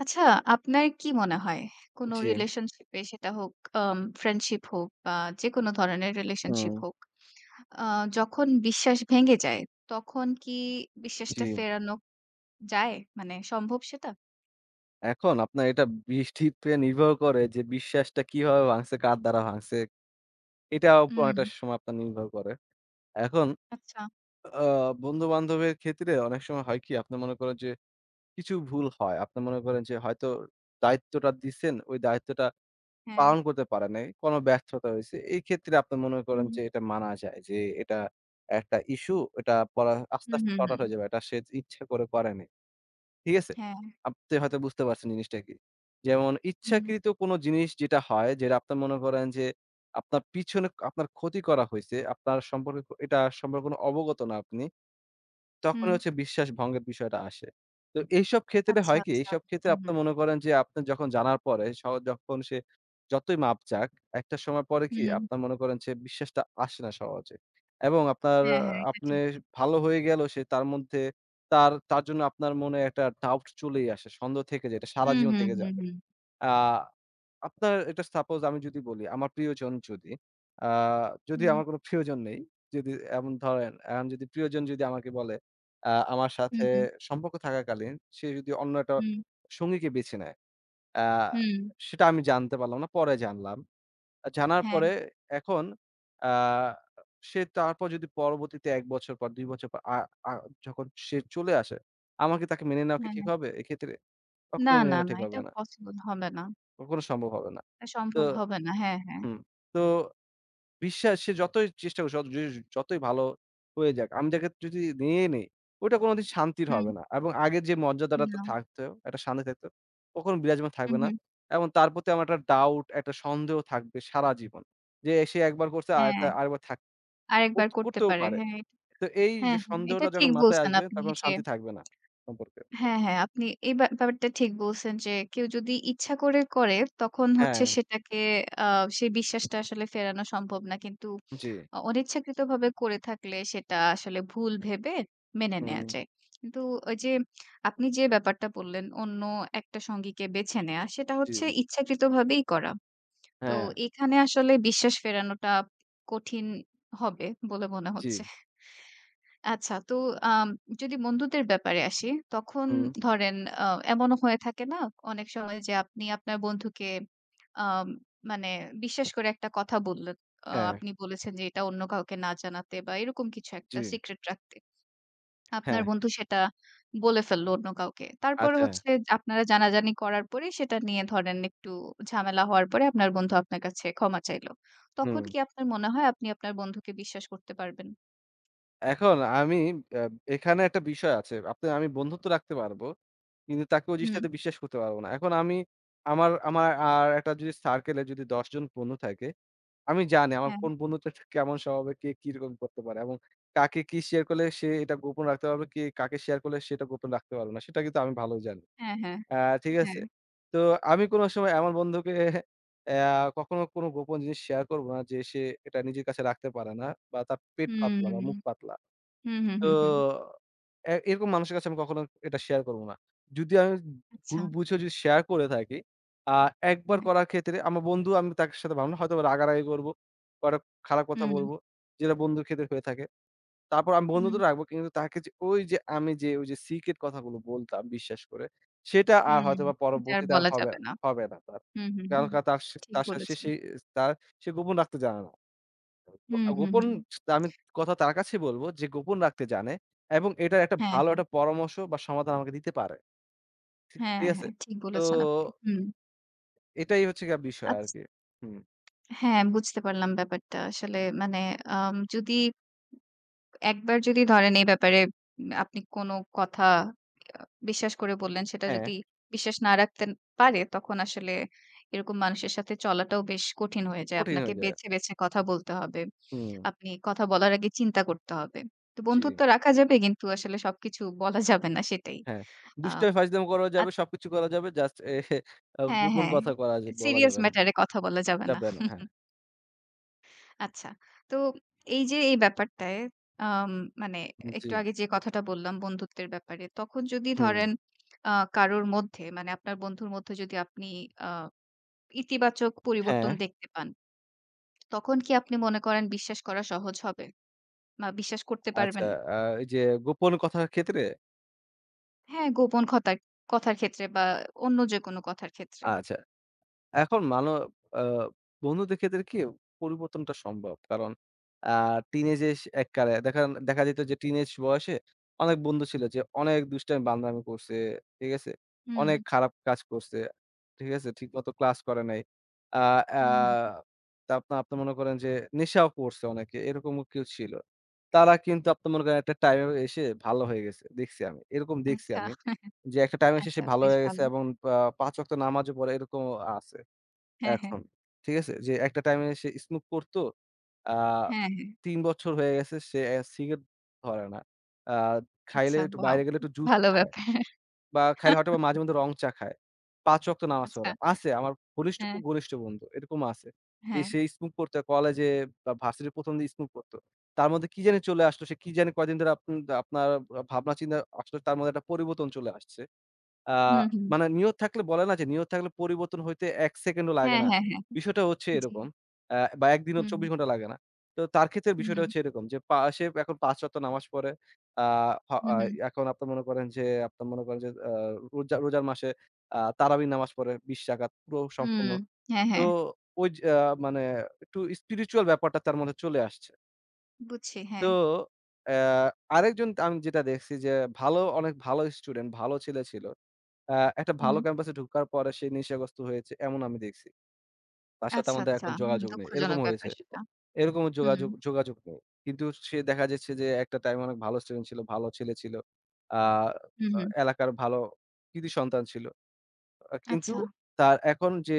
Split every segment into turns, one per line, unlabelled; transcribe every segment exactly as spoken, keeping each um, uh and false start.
আচ্ছা, আপনার কি মনে হয় কোনো
জি,
রিলেশনশিপে সেটা হোক আম ফ্রেন্ডশিপ হোক বা যেকোনো ধরনের
হুম,
রিলেশনশিপ হোক, আ যখন বিশ্বাস ভেঙে যায় তখন কি
জি।
বিশ্বাসটা ফেরানো যায়? মানে সম্ভব সেটা?
এখন আপনার এটা বৃষ্টিতে নির্ভর করে যে বিশ্বাসটা কিভাবে ভাঙছে, কার দ্বারা ভাঙছে, এটার উপর
হুম,
অনেকটা সময় আপনার নির্ভর করে। এখন
আচ্ছা।
আ বন্ধু-বান্ধবের ক্ষেত্রে অনেক সময় হয় কি আপনি মনে করেন যে কিছু ভুল হয়। আপনি মনে করেন যে হয়তো দায়িত্বটা দিছেন, ওই দায়িত্বটা
হ্যাঁ।
পালন করতে পারে নাই। কোনো ব্যর্থতা হইছে। এই ক্ষেত্রে আপনি মনে করেন
হুম,
যে এটা মানা যায় যে এটা একটা ইস্যু, এটা পরে আস্তে,
হুম,
আস্তে
হুম,
সর্ট আউট
হুম।
হয়ে যাবে। এটা সে ইচ্ছা করে করেনি। ঠিক আছে?
হ্যাঁ,
আপনি হয়তো বুঝতে পারছেন জিনিসটা কি। যেমন
হুম,
ইচ্ছাকৃত কোনো জিনিস যেটা হয়, যেটা আপনার মনে করেন যে আপনার পিছনে আপনার ক্ষতি করা হইছে, আপনার সম্পর্কে এটা সম্পর্কে কোনো অবগত না আপনি। তখন
হুম।
হচ্ছে বিশ্বাস ভঙ্গের বিষয়টা আসে। তো এইসব ক্ষেত্রে
আচ্ছা,
হয় কি?
আচ্ছা।
এইসব ক্ষেত্রে
হুম,
আপনি মনে করেন যে আপনার যখন জানার পরে স যখন সে যতই মাপ চাক, একটা সময় পরে
হুম,
কি
হুম।
আপনার মনে করেন যে বিশ্বাসটা আসে না সহজে। এবং আপনার
হ্যাঁ,
আহ,
হ্যাঁ, এটা
আপনি
ঠিক।
ভালো হয়ে গেলেও সে তার মধ্যে তার তার জন্য আপনার মনে একটা ডাউট চলেই আসে। সন্দেহ থেকে যায়। এটা সারা
হুম,
জীবন
হুম,
থেকে যায়।
হুম, হুম।
আ আপনার এটা সাপোজ আমি যদি বলি, আমার প্রিয়জন যদি, আ যদি
হুম,
আমার কোনো প্রিয়জন নেই, যদি এমন ধরেন, এখন যদি প্রিয়জন যদি আমাকে বলে, আ আমার
হুম,
সাথে
হুম,
সম্পর্ক থাকাকালীন সে যদি অন্য একটা
হুম,
সঙ্গীকে বেছে নেয়, আ
হুম।
সেটা আমি জানতে পারলাম না, পরে জানলাম। জানার
হ্যাঁ,
পরে এখন আ সে তারপর যদি পরবর্তীতে এক বছর পর, দুই বছর পর আ আ যখন সে চলে আসে, আমাকে তাকে মেনে নেওয়া কি
হ্যাঁ,
ঠিক
হ্যাঁ।
হবে এক্ষেত্রে?
না,
কখনোই মেনে
না,
নেওয়া
না।
ঠিক হবে
এটা
না।
পসিবল হবে না।
কখনো সম্ভব হবে না।
এটা
তো
সম্ভব হবে না। হ্যাঁ, হ্যাঁ।
হুম। তো বিশ্বাস সে যতই চেষ্টা করুক, যত যদি যতই ভালো হয়ে যাক, আমি তাকে যদি নিয়ে নেই, ওটা কোনোদিন শান্তির
হুম,
হবে না। এবং আগের যে মর্যাদাটা তো
না।
থাকতো, একটা শান্তি থাকতো, কখনো বিরাজমান
হু,
থাকবে না।
হু।
এবং তার প্রতি আমার একটা ডাউট, একটা সন্দেহ থাকবে সারা জীবন। যে সে একবার করছে
হ্যাঁ,
আরেকটা আরেকবার থাক কর
আরেকবার করতে
করতেও
পারে।
পারে।
হ্যাঁ, এট
তো এই যে
হ্যাঁ, হ্যাঁ। এটা
সন্দেহটা
ঠিক
যখন মাথায়
বলছেন
আসবে,
আপনি
তখন
যে
শান্তি থাকবে না সম্পর্কে।
হ্যাঁ, হ্যাঁ, আপনি এই ব্যা ব্যাপারটা ঠিক বলছেন যে কেউ যদি ইচ্ছা করে করে তখন হচ্ছে
হ্যাঁ,
সেটাকে আ সেই বিশ্বাসটা আসলে ফেরানো সম্ভব না। কিন্তু
জি,
অ অনিচ্ছাকৃতভাবে করে থাকলে সেটা আসলে ভুল ভেবে মেনে নেয়া
হুম,
যায়। কিন্তু ওই যে আপনি যে ব্যাপারটা বললেন অন্য একটা সঙ্গীকে বেছে নেয়া সেটা
জি,
হচ্ছে ইচ্ছাকৃতভাবেই করা। তো
হ্যাঁ,
এখানে আসলে বিশ্বাস ফেরানোটা কঠিন হবে বলে মনে
জি,
হচ্ছে। আচ্ছা তো আম যদি বন্ধুদের ব্যাপারে আসি, তখন
হুম,
ধরেন আ এমনও হয়ে থাকে না অনেক সময় যে আপনি আপনার বন্ধুকে আম মানে বিশ্বাস করে একটা কথা বললেন। আ
হ্যাঁ,
আপনি বলেছেন যে এটা অন্য কাউকে না জানাতে বা এরকম কিছু
জি,
একটা সিক্রেট রাখতে। আপনার
হ্যাঁ,
বন্ধু সেটা বলে ফেললো অন্য কাউকে। তারপরে
আচ্ছা,
হচ্ছে আপনারা জানাজানি করার পরে সেটা নিয়ে ধরেন একটু ঝামেলা হওয়ার পরে আপনার বন্ধু আপনার কাছে ক্ষমা চাইলো।
হুম।
তখন কি আপনার মনে হয় আপনি আপনার বন্ধুকে বিশ্বাস করতে পারবেন?
এখন আমি আ এখানে একটা বিষয় আছে। আপনি আমি বন্ধুত্ব রাখতে পারবো। কিন্তু তাকে ওই
হুম।
জিনিসটাতে বিশ্বাস করতে পারবো না। এখন আমি আমার আমার আর একটা যদি সার্কেল এ যদি দশ জন বন্ধু থাকে, আমি জানি আমার
হ্যাঁ,
কোন বন্ধুটা ঠিক কেমন স্বভাবে কে কিরকম করতে পারে এবং কাকে কি শেয়ার করলে সে এটা গোপন রাখতে পারবে, কে কাকে শেয়ার করলে সেটা গোপন রাখতে পারবে না। সেটা কিন্তু আমি ভালোই জানি।
হ্যাঁ, হ্যাঁ,
আ ঠিক আছে?
হ্যাঁ।
তো আমি কোন সময় এমন বন্ধুকে আ কখনো কোন গোপন জিনিস শেয়ার করব না যে সে এটা নিজের কাছে রাখতে পারে না বা তার পেট
হুম।
পাতলা বা মুখ পাতলা।
হুম, হুম, হুম, হুম।
তো এ এরকম মানুষের কাছে আমি কখনো এটা শেয়ার করব না। যদি আমি ভুল
আচ্ছা।
বুঝেও যদি শেয়ার করে থাকি, আ একবার
হ্যাঁ।
করার ক্ষেত্রে আমার বন্ধু আমি তার সাথে ভাবলাম হয়তো রাগারাগি করব, কয়েকটা খারাপ কথা
হুম,
বলব, যেটা বন্ধুর ক্ষেত্রে হয়ে থাকে। তারপর আমি বন্ধু তো
হুম,
রাখবো কিন্তু তাকে যে ওই যে আমি যে ওই যে সিক্রেট কথাগুলো বলতাম বিশ্বাস করে, সেটা আর
হুম।
হয়তোবা
এটা আর
পরবর্তীতে আর
বলা
হবে,
যাবে না।
হবে না তার।
হুম, হুম,
কারণ
হুম।
কা তার সে
ঠিক
তার সে সে
বলেছেন।
সেই তার সে গোপন রাখতে জানে না।
হুম,
আ
হুম,
গোপন
হুম।
আমি কথা তার কাছেই বলবো যে গোপন রাখতে জানে এবং এটার একটা
হ্যাঁ,
ভালো
হ্যাঁ।
একটা পরামর্শ বা সমাধান আমাকে দিতে পারে। ঠিক,
হ্যাঁ,
ঠিক আছে?
হ্যাঁ। ঠিক
তো
বলেছেন আপনি। হুম।
এটাই হচ্ছে গিয়ে বিষয়
আচ্ছা।
আরকি। হুম,
হ্যাঁ, বুঝতে পারলাম ব্যাপারটা। আসলে মানে আম যদি একবার যদি ধরেন এই ব্যাপারে উম আপনি কোনো কথা আ বিশ্বাস করে বললেন, সেটা
হ্যাঁ,
যদি বিশ্বাস না রাখতে পারে, তখন আসলে এরকম মানুষের সাথে চলাটাও বেশ কঠিন হয়ে যায়।
কঠিন
আপনাকে
হয়ে যায়।
বেছে, বেছে কথা বলতে হবে।
হুম,
আপনি কথা বলার আগে চিন্তা করতে হবে। তো
জি,
বন্ধুত্ব রাখা যাবে কিন্তু আসলে সবকিছু বলা যাবে না সেটাই।
হ্যাঁ।
আ
দুষ্টামি ফাইজলামো করা
আত
যাবে, সবকিছু করা যাবে। জাস্ট এ আ
হ্যাঁ,
গোপন
হ্যাঁ।
কথা করা যা বলা
সিরিয়াস
যাবে না।
ম্যাটার এ কথা বলা যাবে না।
যাবে না, হ্যাঁ।
আচ্ছা। তো এই যে এই ব্যাপারটায় আম মানে
জি,
একটু আগে যে কথাটা বললাম বন্ধুত্বের ব্যাপারে। তখন যদি
হুম,
ধরেন আ কারোর মধ্যে মানে আপনার বন্ধুর মধ্যে যদি আপনি আ ইতিবাচক
হ্যাঁ,
পরিবর্তন দেখতে পান, তখন কি আপনি মনে করেন বিশ্বাস করা সহজ হবে? বা বিশ্বাস করতে
আচ্ছা।
পারবেন?
আ এই যে গোপন কথার ক্ষেত্রে?
হ্যাঁ, গোপন খতার কথার ক্ষেত্রে বা অন্য যেকোনো কথার ক্ষেত্রে।
আচ্ছা। এখন মানো, আ বন্ধুদের ক্ষেত্রে কি পরিবর্তনটা সম্ভব। কারণ আ টিনেজ এস এককালে দেখা দেখা যেত যে টিনেজ বয়সে অনেক বন্ধু ছিল যে অনেক দুষ্টামি বান্দরামি করছে। ঠিক আছে?
হুম,
অনেক খারাপ কাজ করছে। ঠিক আছে? ঠিকমতো ক্লাস করে নাই। আ আ
হুম, হুম। হুম।
তা আপনা আপনি মনে করেন যে নেশাও করছে অনেকে। এরকমও কেউ ছিল। তারা কিন্তু আপনি মনে করেন একটা টাইমে এসে ভালো হয়ে গেছে। দেখছি আমি। এরকম দেখছি
আচ্ছা,
আমি। যে একটা টাইমে এসে সে
আচ্ছা
ভালো
বেশ
হয়ে গেছে
ভালো।
এবং আ পাঁচ ওয়াক্ত নামাজও পড়ে এরকমও আছে।
হ্যাঁ, হ্যাঁ।
এখন, ঠিক আছে? যে একটা টাইমে সে স্মোক করতো। আ
হ্যাঁ, হ্যাঁ।
তিন বছর হয়ে গেছে সে এ সিগারেট ধরে না। আ খাইলে
আচ্ছা
একটু
ওয়াও!
বাইরে গেলে একটু জুস
ভালো
খায়
ব্যাপার।
বা খাইলে হয়তোবা মাঝে মধ্যে রং চা খায়। পাঁচ ওয়াক্ত নামাজ
আচ্ছা।
পড়ে। আছে আমার ঘনিষ্ঠ,
হ্যাঁ,
খুব ঘনিষ্ঠ বন্ধু। এরকম আছে। যে
হ্যাঁ।
সে স্মোক করতো কলেজে বা ভার্সিটির ১ম দিন স্মোক করতো। তার মধ্যে কি জানি চলে আসলো। সে কি জানি কয়দিন ধরে আপন আপনার ভাবনা চিন্তা আসলে তার মধ্যে একটা পরিবর্তন চলে আসছে। আ
হুম, হুম।
মানে নিয়ত থাকলে বলে না যে, নিয়ত থাকলে পরিবর্তন হইতে এক সেকেন্ডও লাগে
হ্যাঁ,
না।
হ্যাঁ, হ্যাঁ।
বিষয়টা হচ্ছে
জি।
এরকম। আ বা এক দিনও
হুম,
চব্বিশ ঘন্টা লাগে না। তো তার ক্ষেত্রে বিষয়টা
হুম,
হচ্ছে এরকম যে, পা সে এখন পাঁচ ওয়াক্ত নামাজ পড়ে। আ হ
হুম,
আ
হুম,
এখন আপনার মনে করেন যে, আপনার মনে করেন যে, আ রোজা রোজার মাসে আ তারাবির নামাজ পড়ে বিশ রাকাত পুরো
হুম।
সম্পূর্ণ।
হ্যাঁ,
তো
হ্যাঁ।
ওই যে, আ মানে একটু স্পিরিচুয়াল ব্যাপারটা তার মধ্যে চলে আসছে।
বুঝছি, হ্যাঁ।
তো অ্যা আরেকজন আমি যেটা দেখছি যে, ভালো অনেক ভালো স্টুডেন্ট, ভালো ছেলে ছিল। আ একটা ভালো
হুম।
ক্যাম্পাসে ঢোকার পরে সে নেশাগ্রস্ত হয়েছে এমন আমি দেখছি। তার সাথে
আচ্ছা,
আমাদের
আচ্ছা।
এখন
হুম,
যোগাযোগ নেই। এরকম
দুঃখজনক ব্যাপার
হয়েছে।
সেটা।
এরকমও
হুম,
যোগাযোগ যোগাযোগ নেই। কিন্তু সে দেখা যাচ্ছে যে একটা টাইমে অনেক ভালো স্টুডেন্ট ছিল, ভালো ছেলে ছিল। আ
হুম,
আ
হুম।
এলাকার ভালো কৃতি সন্তান ছিল। আ কিন্তু
আচ্ছা।
তার এখন যে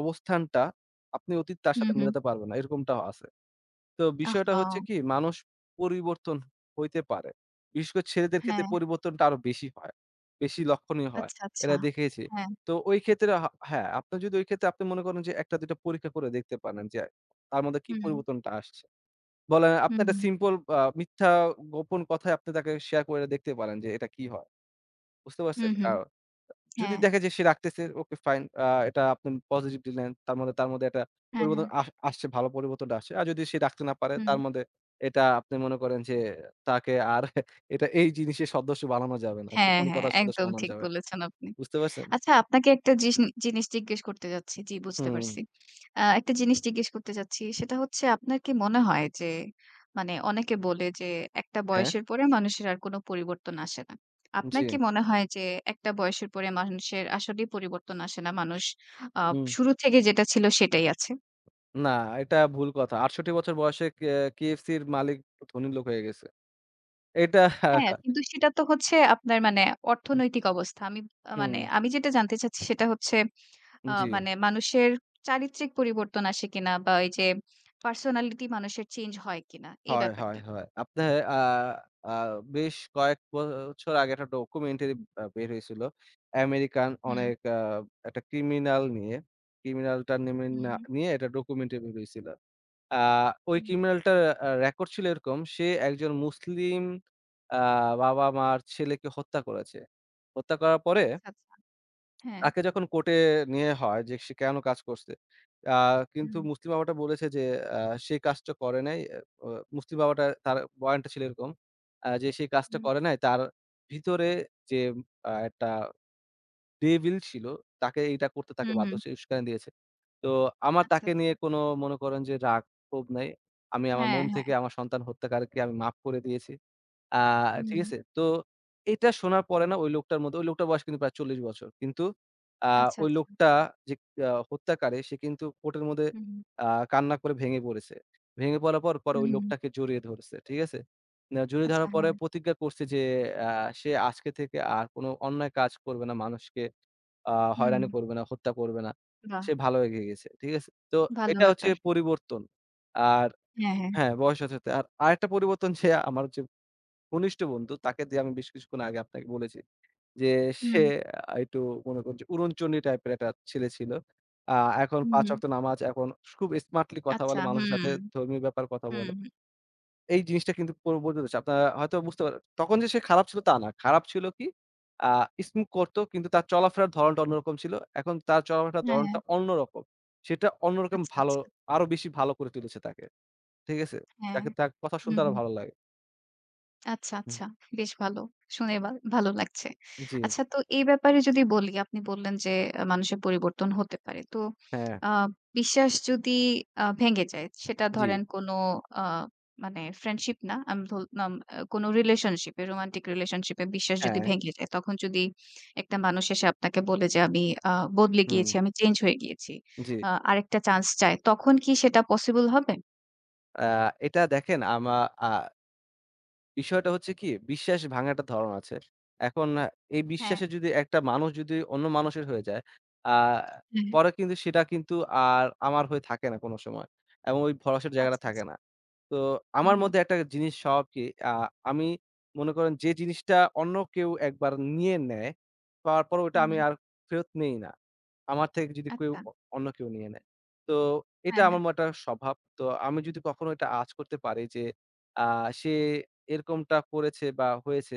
অবস্থানটা আপনি অতীত তার
হুম,
সাথে
হুম।
মেলাতে পারবেন না। এরকমটাও আছে। তো বিষয়টা
আহহা!
হচ্ছে কি মানুষ পরিবর্তন হইতে পারে। বিশেষ করে ছেলেদের ক্ষেত্রে
হ্যাঁ।
পরিবর্তনটা আরো বেশি হয়। বেশি লক্ষণীয় হয়।
আচ্ছা, আচ্ছা।
এটা দেখেছি।
হ্যাঁ।
তো ওই ক্ষেত্রে হা হ্যাঁ, আপনি যদি ওই ক্ষেত্রে আপনি মনে করেন যে এক টা দুই টা পরীক্ষা করে দেখতে পারেন যে তার মধ্যে কি
হুম,
পরিবর্তনটা আসছে। বলেন আপনি
হুম,
একটা
হুম,
সিম্পল আ মিথ্যা গোপন কথায় আপনি তাকে শেয়ার করে দেখতে পারেন যে এটা কি হয়। বুঝতে পারছেন?
হুম,
আ
হুম।
যদি
হ্যাঁ,
দেখে যে সে রাখতেছে ওকে ফাইন। আ এটা আপনি পজিটিভ দিলেন। তার মধ্যে তার মধ্যে একটা
হ্যাঁ,
পরিবর্তন
হ্যাঁ।
আস আসছে, ভালো পরিবর্তনটা আসছে। আর যদি সে রাখতে না পারে
হুম।
তার মধ্যে এটা আপনি মনে করেন যে তাকে আর এটা এই জিনিসের সদস্য বানানো যাবে না।
হ্যাঁ,
গোপন
হ্যাঁ।
কথার সদস্য
একদম
বানানো
ঠিক
যাবে না।
বলেছেন আপনি।
বুঝতে পারছেন?
আচ্ছা আপনাকে একটা জিস জিনিস জিজ্ঞেস করতে চাচ্ছি। জি, বুঝতে
হুম।
পারছি। আ একটা জিনিস জিজ্ঞেস করতে চাচ্ছি। সেটা হচ্ছে আপনার কি মনে হয় যে মানে অনেকে বলে যে একটা
হ্যাঁ,
বয়সের পরে মানুষের আর কোনো পরিবর্তন আসে না।
জি।
আপনার কি মনে হয় যে একটা বয়সের পরে মানুষের আসলেই পরিবর্তন আসে না? মানুষ আ
হুম।
শুরু থেকে যেটা ছিল সেটাই আছে।
না, এটা ভুল কথা। আটষট্টি বছর বয়সে কে KFC-র মালিক ধনী লোক হয়ে গেছে। এটা
হ্যাঁ, কিন্তু সেটা তো হচ্ছে আপনার মানে অর্থনৈতিক অবস্থা। আমি আ
হুম,
মানে আমি যেটা জানতে চাচ্ছি সেটা হচ্ছে আ
জি।
মানে মানুষের চারিত্রিক পরিবর্তন আসে কিনা বা এই যে পার্সোনালিটি মানুষের চেঞ্জ হয় কিনা এই
হয়, হয়,
ব্যাপারটা।
হয়। আপনার আ আ বেশ কয়েক বছর আগে একটা ডকুমেন্টারি আ বের হয়েছিল। আমেরিকান
হুম,
অনেক আ একটা ক্রিমিনাল নিয়ে। ক্রিমিনালটা নেমে
হুম,
না
হুম।
নিয়ে একটা ডকুমেন্টারি বের হইছিল। আ ওই
হুম।
ক্রিমিনালটার আ রেকর্ড ছিল এরকম। সে একজন মুসলিম আ বাবা-মার ছেলেকে হত্যা করেছে। হত্যা করার পরে
আচ্ছা, আচ্ছা। হ্যাঁ।
তাকে যখন কোর্টে নেয়া হয় যে সে কেন কাজ করছে? আ কিন্তু
হুম,
মুসলিম বাবাটা বলেছে যে আ সে কাজটা করে নাই। এ অ মুসলিম বাবাটা তার বয়ানটা ছিল এরকম। আ যে সে কাজটা
হুম,
করে নাই তার ভিতরে যে আ একটা ডেভিল ছিল তাকে এইটা করতে তাকে
হুম,
বাধ্য
হুম।
সে উস্কানি দিয়েছে। তো আমার
আচ্ছা,
তাকে নিয়ে
আচ্ছা।
কোনো মনে করেন যে রাগ ক্ষোভ নাই। আমি আমার
হ্যাঁ,
মন
হ্যাঁ।
থেকে আমার সন্তান হত্যাকারীকে আমি মাফ করে দিয়েছি। আ ঠিক
হুম।
আছে? তো এটা শোনার পরে না ওই লোকটার মধ্যে ওই লোকটার বয়স কিন্তু প্রায় চল্লিশ বছর। কিন্তু আ
আচ্ছা,
ওই
আচ্ছা।
লোকটা যে আ হত্যাকারী সে কিন্তু কোর্টের মধ্যে
হুম,
আ কান্না করে ভেঙে পড়েছে। ভেঙে পড়ার পর, পরে ওই
হুম, হুম।
লোকটাকে জড়িয়ে ধরছে। ঠিক আছে? না জড়িয়ে
আচ্ছা,
ধরার পরে
হ্যাঁ।
প্রতিজ্ঞা করছে যে আ সে আজকে থেকে আর কোনো অন্যায় কাজ করবে না, মানুষকে আ
হুম।
হয়রানি করবে না, হত্যা করবে না।
বাহ!
সে ভালো এগিয়ে গেছে। ঠিক আছে? তো
ভালো
এটা হচ্ছে
ব্যাপার।
পরিবর্তন। আর
হ্যাঁ, হ্যাঁ।
হ্যাঁ, বয়সের সাথে সাথে। আর আরেকটা পরিবর্তন যে আমার যে ঘনিষ্ঠ বন্ধু তাকে দিয়ে আমি বেশ কিছুক্ষণ আগে আপনাকে বলেছি। যে সে
হুম,
আ একটু মনে করুন যে উড়নচণ্ডী টাইপের একটা ছেলে ছিল। আ এখন
হুম,
পাঁচ
হুম।
ওয়াক্ত নামাজ এখন খুব স্মার্টলি কথা
আচ্ছা।
বলে, মানুষের
হুম,
সাথে ধর্মীয় ব্যাপারে কথা
হুম,
বলে।
হুম।
এই জিনিসটা কিন্তু পরিবর্তিত হচ্ছে। আপনারা হয়তো বুঝতে পারেন। তখন যে সে খারাপ ছিল তা না। খারাপ ছিল কি? আ স্মোক করত কিন্তু তার চলাফেরার ধরণটা অন্যরকম ছিল। এখন তার চলাফেরার
হ্যাঁ, হ্যাঁ।
ধরণটা অন্যরকম। সেটা অন্যরকম
আচ্ছা,
ভালো,
আচ্ছা।
আরো বেশি ভালো করে তুলেছে তাকে। ঠিক আছে?
হ্যাঁ।
তাকে তার কথা
হুম,
শুনতে আরো
হুম।
ভালো লাগে।
আচ্ছা,
হুম।
আচ্ছা। বেশ ভালো। শুনে ভা ভালো লাগছে।
জি,
আচ্ছা তো এই ব্যাপারে যদি বলি, আপনি বললেন যে আ মানুষের পরিবর্তন হতে পারে। তো
হ্যাঁ,
আ বিশ্বাস যদি আ ভেঙে যায়, সেটা
জি,
ধরেন কোনো আ মানে ফ্রেন্ডশিপ না, আমি ধল নাম আ কোনো রিলেশনশিপে, রোমান্টিক রিলেশনশিপে বিশ্বাস যদি
হ্যাঁ।
ভেঙে যায়, তখন যদি একটা মানুষ এসে আপনাকে বলে যে, "আমি আ বদলে
হুম,
গিয়েছি, আমি চেঞ্জ হয়ে গিয়েছি।
জি।
আ আরেকটা চান্স চাই।" তখন কি সেটা পসিবল হবে?
আ এটা দেখেন আমা আ বিষয়টা হচ্ছে কি বিশ্বাস ভাঙার একটা ধরন আছে। এখন আহ, এই
হ্যাঁ।
বিশ্বাসে যদি একটা মানুষ যদি অন্য মানুষের হয়ে যায়, আ
হ্যাঁ।
পরে কিন্তু সেটা কিন্তু আর আমার হয়ে থাকে না কোনো সময়। এবং ওই ভরসার জায়গাটা
আচ্ছা,
থাকে
আচ্ছা।
না। তো
হুম,
আমার
হুম।
মধ্যে একটা জিনিস স্বভাব কি আ আমি মনে করেন যে জিনিসটা অন্য কেউ একবার নিয়ে নেয়, পাওয়ার পর ওটা
হুম,
আমি
হুম।
আর ফেরত নেই না। আমার থেকে যদি কেউ
আচ্ছা।
অ অন্য কেউ নিয়ে নেয়। তো এটা
হ্যাঁ, হ্যাঁ।
আমার মো একটা স্বভাব। তো আমি যদি কখনো এটা আঁচ করতে পারি যে আ সে এরকমটা করেছে বা হয়েছে,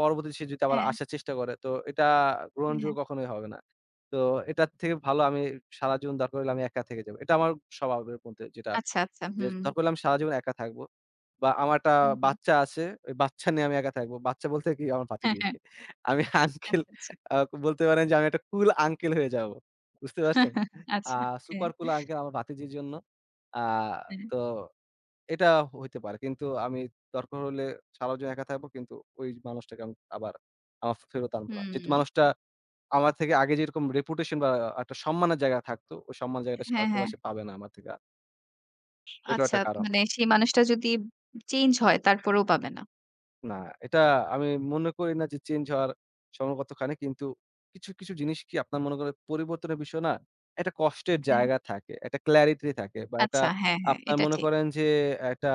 পরবর্তীতে সে যদি আবার
হ্যাঁ,
আসার চেষ্টা করে তো এটা
হ্যাঁ।
গ্রহণযোগ্য কখনোই হবে না। তো এটার থেকে ভালো আমি সারা জীবন দরকার হলে আমি একা থেকে যাবো। এটা আমার স্বভাবের মধ্যে যেটা
আচ্ছা, আচ্ছা।
যে
হুম।
তখন বললাম সারাজীবন একা থাকবো। বা আমার একটা
হুম, হুম।
বাচ্চা আছে। ওই বাচ্চা নিয়ে আমি একা থাকবো। বাচ্চা বলতে কি আমার
হ্যাঁ,
ভাতিজি।
হ্যাঁ।
আমি আঙ্কেল
আচ্ছা, আচ্ছা।
আ বলতে পারেন যে আমি একটা কুল আঙ্কেল হয়ে যাবো। বুঝতে পারছেন? আ
আচ্ছা। হ্যাঁ,
সুপার কুল আঙ্কেল আমার ভাতিজির জন্য। আ
হ্যাঁ।
তো এটা হইতে পারে। কিন্তু আমি দরকার হলে সারাজীবন একা থাকবো কিন্তু ওই মানুষটাকে আমি আবার আমার ফেরত আনবো না। যেহেতু
হুম।
মানুষটা আমার থেকে আগে যেরকম রেপুটেশন বা একটা সম্মানের জায়গা থাকতো, ওই সম্মানের জায়গাটা সে
হ্যাঁ,
হয়তোবা
হ্যাঁ।
সে পাবে না আমার থেকে আর। এটাও
আচ্ছা
একটা কারণ।
মানে সেই মানুষটা যদি চেঞ্জ হয় তারপরেও পাবে না।
না, এটা আমি মনে করি না যে চেঞ্জ হওয়ার সময় কতখানি। কিন্তু কিছু, কিছু জিনিস কি আপনার মনে করেন পরিবর্তনের বিষয় না, একটা কষ্টের
হ্যাঁ।
জায়গা থাকে, একটা ক্ল্যারিটি থাকে বা একটা
আচ্ছা। হ্যাঁ, হ্যাঁ।
আপনার
এটা
মনে
ঠিক।
করেন যে একটা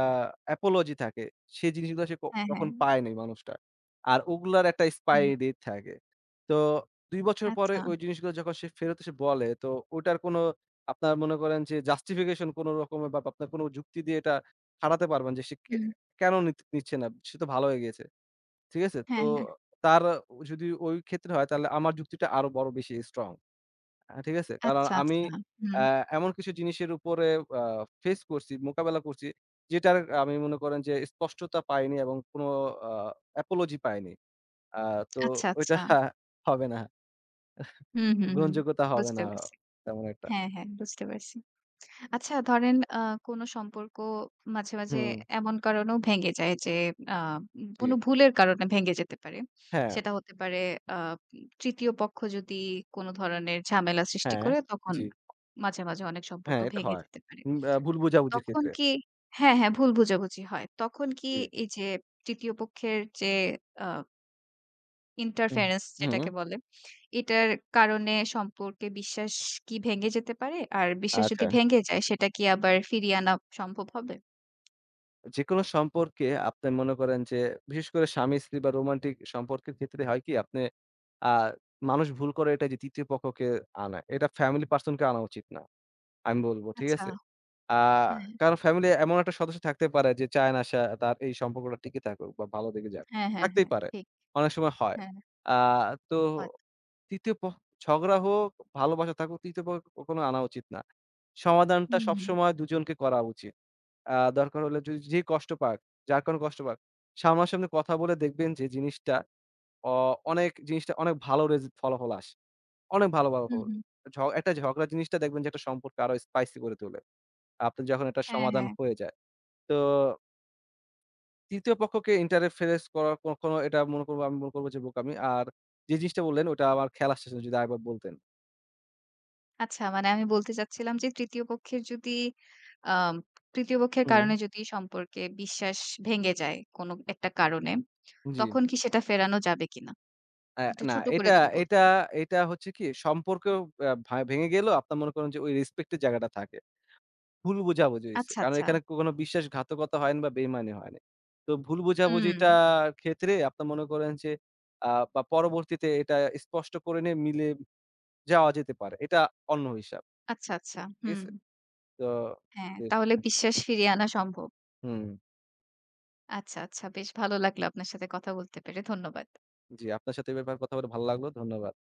apology থাকে। সেই জিনিসগুলো সে ক
হ্যাঁ,
তখন
হ্যাঁ।
পায় নাই মানুষটা। আর ওগুলার একটা expiry
হুম।
date থাকে। তো দুই বছর পরে
আচ্ছা।
ওই জিনিসগুলো যখন সে ফেরত এসে বলে, তো ওটার কোনো আপনার মনে করেন যে জাস্টিফিকেশন কোন রকমের বা আপনার কোন যুক্তি দিয়ে এটা খাটাতে পারবেন যে সে কে
হুম।
কেন নিত নিচ্ছে না? সে তো ভালো হয়ে গিয়েছে। ঠিক আছে? তো
হ্যাঁ, হ্যাঁ।
তার যদি ওই ক্ষেত্রে হয় তাহলে আমার যুক্তিটা আরো বড় বেশি স্ট্রং। আ ঠিক আছে? কারণ
আচ্ছা,
আমি
আচ্ছা।
আ
হুম।
এমন কিছু জিনিসের উপরে আ ফেস করছি, মোকাবেলা করছি যেটার আমি মনে করেন যে স্পষ্টতা পাইনি এবং কোনো আ apology পাইনি। আ তো
আচ্ছা,
ওইটা
আচ্ছা।
হবে না।
হুম, হুম, হুম।
গ্রহণযোগ্যতা হবে
বুঝতে
না
পারছি।
তেমন একটা।
হ্যাঁ, হ্যাঁ। বুঝতে পারছি। আচ্ছা ধরেন আ কোনো সম্পর্ক মাঝে, মাঝে
হুম,
এমন কারণেও ভেঙে যায় যে আ
জি।
কোনো ভুলের কারণে ভেঙে যেতে পারে।
হ্যাঁ,
সেটা হতে পারে আ তৃতীয় পক্ষ যদি কোনো ধরনের ঝামেলা সৃষ্টি
হ্যাঁ,
করে তখন
জি।
মাঝে, মাঝে অনেক সম্পর্ক
হ্যাঁ, এটা
ভেঙে
হয়।
যেতে পারে।
উম আ ভুল বোঝাবুঝির
তখন
ক্ষেত্রে।
কি হ্যাঁ, হ্যাঁ ভুল বোঝাবুঝি হয়। তখন কি
জি।
এই যে তৃতীয় পক্ষের যে আ
হুম,
ইন্টারফেরেন্স
হুম,
যেটাকে বলে। এটার কারণে সম্পর্কে বিশ্বাস কি ভেঙে যেতে পারে? আর বিশ্বাস
আচ্ছা।
যদি ভেঙে যায় সেটা কি আবার ফিরিয়ে আনা সম্ভব হবে?
যেকোনো সম্পর্কে আপনি মনে করেন যে বিশেষ করে স্বামী-স্ত্রী বা রোমান্টিক সম্পর্কের ক্ষেত্রে হয় কি আপনি আ মানুষ ভুল করে এটা যে ৩য় পক্ষকে আনা। এটা ফ্যামিলি পারসন কে আনা উচিত না। আমি বলব, ঠিক
আচ্ছা।
আছে? আ
হ্যাঁ, হ্যাঁ,
কারণ ফ্যামিলি এমন একটা সদস্য থাকতে পারে যে চায় না সে তার এই সম্পর্কটা টিকে থাকুক বা ভালো দিকে যাক।
হ্যাঁ, হ্যাঁ,
থাকতেই
হ্যাঁ,
পারে।
ঠিক।
অনেক সময় হয়।
হ্যাঁ,
আ তো
হয়।
৩য় পক্ষ ঝগড়া হোক, ভালোবাসা থাকুক ৩য় পক্ষ কখনো আনা উচিত না। সমাধানটা
হুম, হুম।
সবসময় দুজনকে করা উচিত। আ দরকার হলে যদি যে কষ্ট পাক, যার কারণে কষ্ট পাক, সামনাসামনি কথা বলে দেখবেন যে জিনিসটা অ অনেক জিনিসটা অনেক ভালো রেজ ফলাফল আসে। অনেক ভালো
হুম,
ফলাফল।
হুম।
ঝ একটা ঝগড়া জিনিসটা দেখবেন যে একটা সম্পর্ক আরো স্পাইসি করে তোলে। আপনার যখন একটা
হ্যাঁ,
সমাধান
হ্যাঁ।
হয়ে যায়। তো ৩য় পক্ষকে ইন্টারফেরেন্স করা কখনো এটা মনে করব আমি মনে করব যে বোকামি। আর যে জিনিসটা বললেন ওটা আমার খেয়াল আসতেছে না যদি আরেকবার বলতেন।
আচ্ছা মানে আমি বলতে চাচ্ছিলাম যে তৃতীয় পক্ষের যদি আম তৃতীয় পক্ষের
হুম।
কারণে যদি সম্পর্কে বিশ্বাস ভেঙে যায় কোনো একটা কারণে,
জি।
তখন কি সেটা ফেরানো যাবে কিনা?
অ্যা
একটু
না
ছোট করে
এটা
যদি
এটা
বলতেন।
এটা হচ্ছে কি সম্পর্ক আ ভা ভেঙে গেলেও আপনার মনে করেন যে ওই রেসপেক্ট এর জায়গাটা থাকে। ভুল বোঝাবুঝি হইছে।
আচ্ছা,
কারণ
আচ্ছা।
এখানে কোনো বিশ্বাসঘাতকতা হয়নি বা বেইমানি হয়নি। তো ভুল
হুম।
বোঝাবুঝিটার ক্ষেত্রে আপনার মনে করেন যে আ বা পরবর্তীতে এটা স্পষ্ট করে নিয়ে মিলে যাওয়া যেতে পারে। এটা অন্য হিসাব।
আচ্ছা, আচ্ছা।
ঠিক
হুম।
আছে? তো
হ্যাঁ,
বেশ
তাহলে বিশ্বাস ফিরিয়ে আনা সম্ভব।
হুম,
আচ্ছা, আচ্ছা। বেশ ভালো লাগলো আপনার সাথে কথা বলতে পেরে। ধন্যবাদ।
জি আপনার সাথে এ ব্যাপারে কথা বলে ভালো লাগলো। ধন্যবাদ।